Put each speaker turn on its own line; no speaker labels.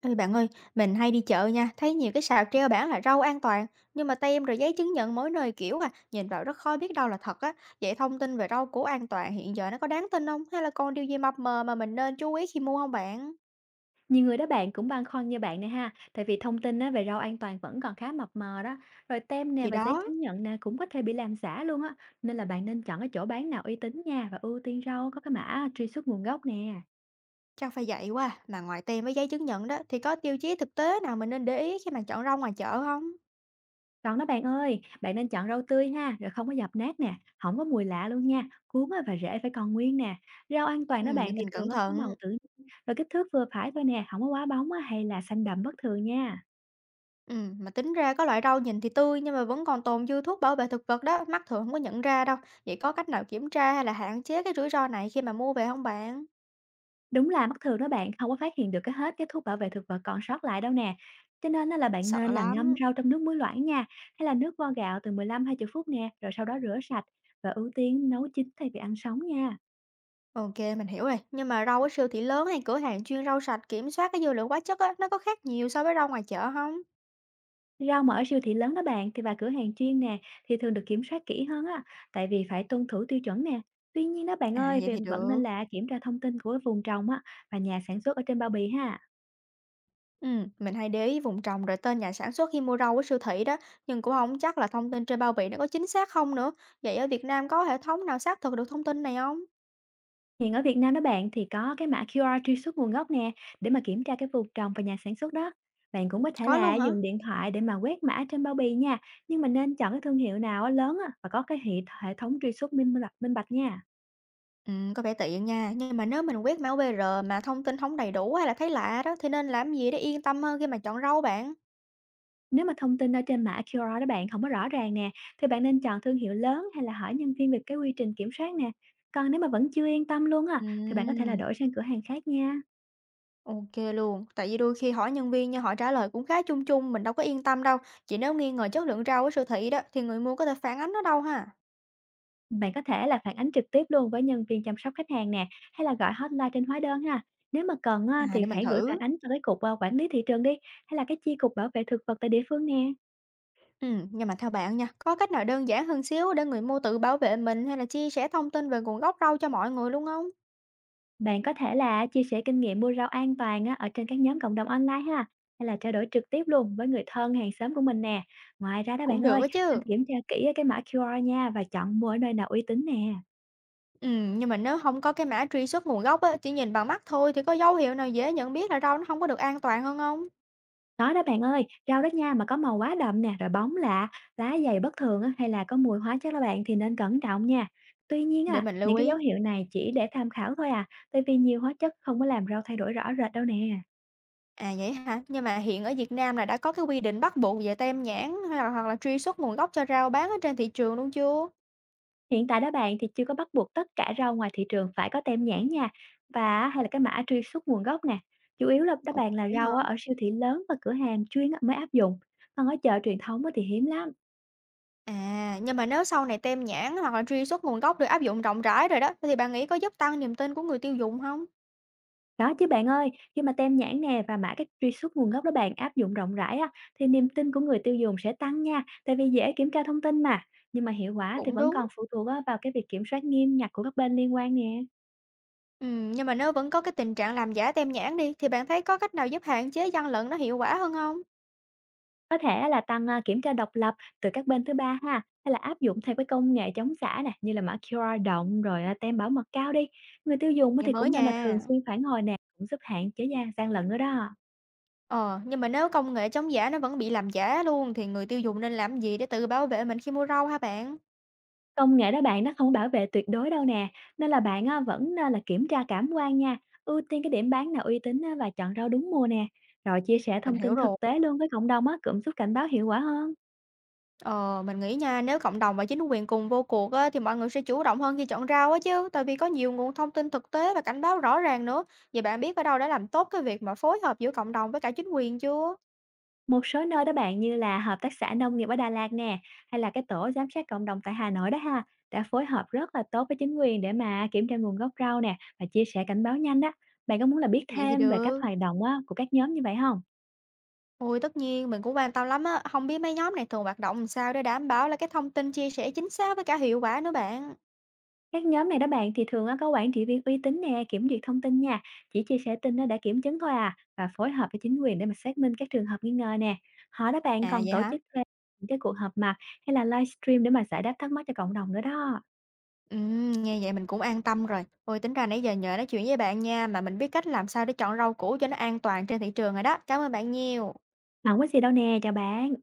Ê bạn ơi, mình hay đi chợ nha, thấy nhiều cái sạp treo bảng là rau an toàn, nhưng mà tem rồi giấy chứng nhận mỗi nơi kiểu à, nhìn vào rất khó biết đâu là thật á. Vậy thông tin về rau củ an toàn hiện giờ nó có đáng tin không? Hay là còn điều gì mập mờ mà mình nên chú ý khi mua không bạn?
Nhiều người đó bạn cũng băn khoăn như bạn này ha, tại vì thông tin á, về rau an toàn vẫn còn khá mập mờ đó. Rồi tem nè
Thì
và giấy
đó,
chứng nhận nè cũng có thể bị làm giả luôn á. Nên là bạn nên chọn cái chỗ bán nào uy tín nha, và ưu tiên rau có cái mã truy xuất nguồn gốc nè.
chắc phải vậy quá, à, mà ngoài tem với giấy chứng nhận đó thì có tiêu chí thực tế nào mình nên để ý khi mà chọn rau ngoài chợ không?
Còn đó bạn ơi, bạn nên chọn rau tươi ha, rồi không có dập nát nè, không có mùi lạ luôn nha. Cuống á, và rễ phải còn nguyên nè. Rau an toàn
Ừ,
đó
để
bạn thì
mình
thường
cẩn
nó có màu
thận.
tự nhiên, rồi kích thước vừa phải thôi nè, không có quá bóng á, hay là xanh đậm bất thường nha.
Mà tính ra có loại rau nhìn thì tươi nhưng mà vẫn còn tồn dư thuốc bảo vệ thực vật đó, mắt thường không có nhận ra đâu. Vậy có cách nào kiểm tra hay là hạn chế cái rủi ro này khi mà mua về không bạn?
Đúng là mắt thường đó bạn không có phát hiện được cái hết cái thuốc bảo vệ thực vật còn sót lại đâu nè. Cho nên á là bạn
Sợ
nên là ngâm
lắm.
rau trong nước muối loãng nha, hay là nước vo gạo từ 15-20 phút nè, rồi sau đó rửa sạch và ưu tiên nấu chín thay vì ăn sống nha.
OK, mình hiểu rồi. Nhưng mà rau ở siêu thị lớn hay cửa hàng chuyên rau sạch kiểm soát cái dư lượng hóa chất á, nó có khác nhiều so với rau ngoài chợ không?
Rau mà ở siêu thị lớn đó bạn thì và cửa hàng chuyên nè thì thường được kiểm soát kỹ hơn á, tại vì phải tuân thủ tiêu chuẩn nè. Tuy nhiên đó bạn
À,
ơi,
vậy
việc
thì
vẫn
được.
nên là kiểm tra thông tin của vùng trồng á, và nhà sản xuất ở trên bao bì ha.
Mình hay để ý vùng trồng rồi tên nhà sản xuất khi mua rau ở siêu thị đó, nhưng cũng không chắc là thông tin trên bao bì nó có chính xác không nữa. Vậy ở Việt Nam có hệ thống nào xác thực được thông tin này không?
Hiện ở Việt Nam đó bạn thì có cái mã QR truy xuất nguồn gốc nè, để mà kiểm tra cái vùng trồng và nhà sản xuất đó. Bạn cũng có thể
Có
là
luôn hả?
dùng điện thoại để mà quét mã trên bao bì nha, nhưng mà nên chọn cái thương hiệu nào á, lớn á, và có cái hệ hệ thống truy xuất minh bạch nha.
Có vẻ tiện nha, nhưng mà nếu mình quét mã QR mà thông tin không đầy đủ hay là thấy lạ đó, thì nên làm gì để yên tâm hơn khi mà chọn rau bạn?
Nếu mà thông tin ở trên mã QR đó bạn không có rõ ràng nè, thì bạn nên chọn thương hiệu lớn, hay là hỏi nhân viên về cái quy trình kiểm soát nè. Còn nếu mà vẫn chưa yên tâm luôn á, thì bạn có thể là
Ừm,
đổi sang cửa hàng khác nha.
OK luôn, tại vì đôi khi hỏi nhân viên nhưng họ trả lời cũng khá chung chung, mình đâu có yên tâm đâu. Chỉ nếu nghi ngờ chất lượng rau ở siêu thị đó, thì người mua có thể phản ánh nó đâu ha?
Bạn có thể là phản ánh trực tiếp luôn với nhân viên chăm sóc khách hàng nè, hay là gọi hotline trên hóa đơn ha. Nếu mà cần á,
À,
thì
để mình
hãy gửi phản
thử.
ánh cho cái cục quản lý thị trường đi, hay là cái chi cục bảo vệ thực vật tại địa phương nè.
Nhưng mà theo bạn nha, có cách nào đơn giản hơn xíu để người mua tự bảo vệ mình hay là chia sẻ thông tin về nguồn gốc rau cho mọi người luôn không?
Bạn có thể là chia sẻ kinh nghiệm mua rau an toàn á, ở trên các nhóm cộng đồng online ha, hay là trao đổi trực tiếp luôn với người thân hàng xóm của mình nè. Ngoài ra đó bạn
Cũng được
ơi,
á chứ.
nên kiểm tra kỹ cái mã QR nha, và chọn mua ở nơi nào uy tín nè.
Nhưng mà nếu không có cái mã truy xuất nguồn gốc á, chỉ nhìn bằng mắt thôi thì có dấu hiệu nào dễ nhận biết là rau nó không có được an toàn hơn không?
Có đó bạn ơi, rau đó nha mà có màu quá đậm nè, rồi bóng lạ, lá dày bất thường á, hay là có mùi hóa chất đó bạn thì nên cẩn trọng nha. Tuy nhiên
Để
à,
mình lưu
những cái dấu
ý.
hiệu này chỉ để tham khảo thôi à, tại vì nhiều hóa chất không có làm rau thay đổi rõ rệt đâu nè.
À, vậy hả? Nhưng mà hiện ở Việt Nam là đã có cái quy định bắt buộc về tem nhãn hay là hoặc là truy xuất nguồn gốc cho rau bán ở trên thị trường luôn chưa?
Hiện tại đó bạn thì chưa có bắt buộc tất cả rau ngoài thị trường phải có tem nhãn nha, và hay là cái mã truy xuất nguồn gốc nè. Chủ yếu là đó
Ủa,
bạn là
vậy hả?
rau á, ở siêu thị lớn và cửa hàng chuyên á mới áp dụng, còn ở chợ truyền thống á thì hiếm lắm.
À, nhưng mà nếu sau này tem nhãn hoặc là truy xuất nguồn gốc được áp dụng rộng rãi rồi đó, thì bạn nghĩ có giúp tăng niềm tin của người tiêu dùng không?
Đó chứ bạn ơi, khi mà tem nhãn nè và mã các truy xuất nguồn gốc đó bạn áp dụng rộng rãi á, thì niềm tin của người tiêu dùng sẽ tăng nha, tại vì dễ kiểm tra thông tin mà. Nhưng mà hiệu quả thì
Cũng
vẫn
đúng.
còn phụ thuộc á, vào cái việc kiểm soát nghiêm ngặt của các bên liên quan nè.
Nhưng mà nếu vẫn có cái tình trạng làm giả tem nhãn đi, thì bạn thấy có cách nào giúp hạn chế gian lận nó hiệu quả hơn không?
Có thể là tăng kiểm tra độc lập từ các bên thứ ba ha, hay là áp dụng theo cái công nghệ chống giả nè, như là mã QR động rồi, tem bảo mật cao đi. Người tiêu dùng á
Nghe
thì
mới
cũng nên là thường
nha.
xuyên phản hồi nè, cũng giúp hạn chế gian gian lận nữa đó.
Ờ, nhưng mà nếu công nghệ chống giả nó vẫn bị làm giả luôn thì người tiêu dùng nên làm gì để tự bảo vệ mình khi mua rau hả bạn?
Công nghệ đó bạn nó không bảo vệ tuyệt đối đâu nè, nên là bạn á, vẫn nên là kiểm tra cảm quan nha, ưu tiên cái điểm bán nào uy tín á, và chọn rau đúng mùa nè. Rồi chia sẻ
Mình
thông
hiểu
tin
rồi.
thực tế luôn với cộng đồng á, cũng giúp cảnh báo hiệu quả hơn.
Ờ, mình nghĩ nha, nếu cộng đồng và chính quyền cùng vô cuộc á, thì mọi người sẽ chủ động hơn khi chọn rau á chứ, tại vì có nhiều nguồn thông tin thực tế và cảnh báo rõ ràng nữa. Vậy bạn biết ở đâu đã làm tốt cái việc mà phối hợp giữa cộng đồng với cả chính quyền chưa?
Một số nơi đó bạn như là hợp tác xã nông nghiệp ở Đà Lạt nè, hay là cái tổ giám sát cộng đồng tại Hà Nội đó ha, đã phối hợp rất là tốt với chính quyền để mà kiểm tra nguồn gốc rau nè, và chia sẻ cảnh báo nhanh đó. Bạn có muốn là biết
Vậy thì
thêm về cách
được.
hoạt động á, của các nhóm như vậy không?
Ôi tất nhiên mình cũng quan tâm lắm á, không biết mấy nhóm này thường hoạt động làm sao để đảm bảo là cái thông tin chia sẻ chính xác với cả hiệu quả nữa bạn.
Các nhóm này đó bạn thì thường á, có quản trị viên uy tín nè, kiểm duyệt thông tin nha, chỉ chia sẻ tin á, đã kiểm chứng thôi à, và phối hợp với chính quyền để mà xác minh các trường hợp nghi ngờ nè. Họ đó bạn
À
còn
vậy
tổ
hả?
chức thêm những cái cuộc họp mặt, hay là livestream để mà giải đáp thắc mắc cho cộng đồng nữa đó.
Nghe vậy mình cũng an tâm rồi. Ôi, tính ra nãy giờ nhờ nói chuyện với bạn nha, mà mình biết cách làm sao để chọn rau củ cho nó an toàn trên thị trường rồi đó. Cảm ơn bạn nhiều.
Không có gì đâu nè, chào bạn.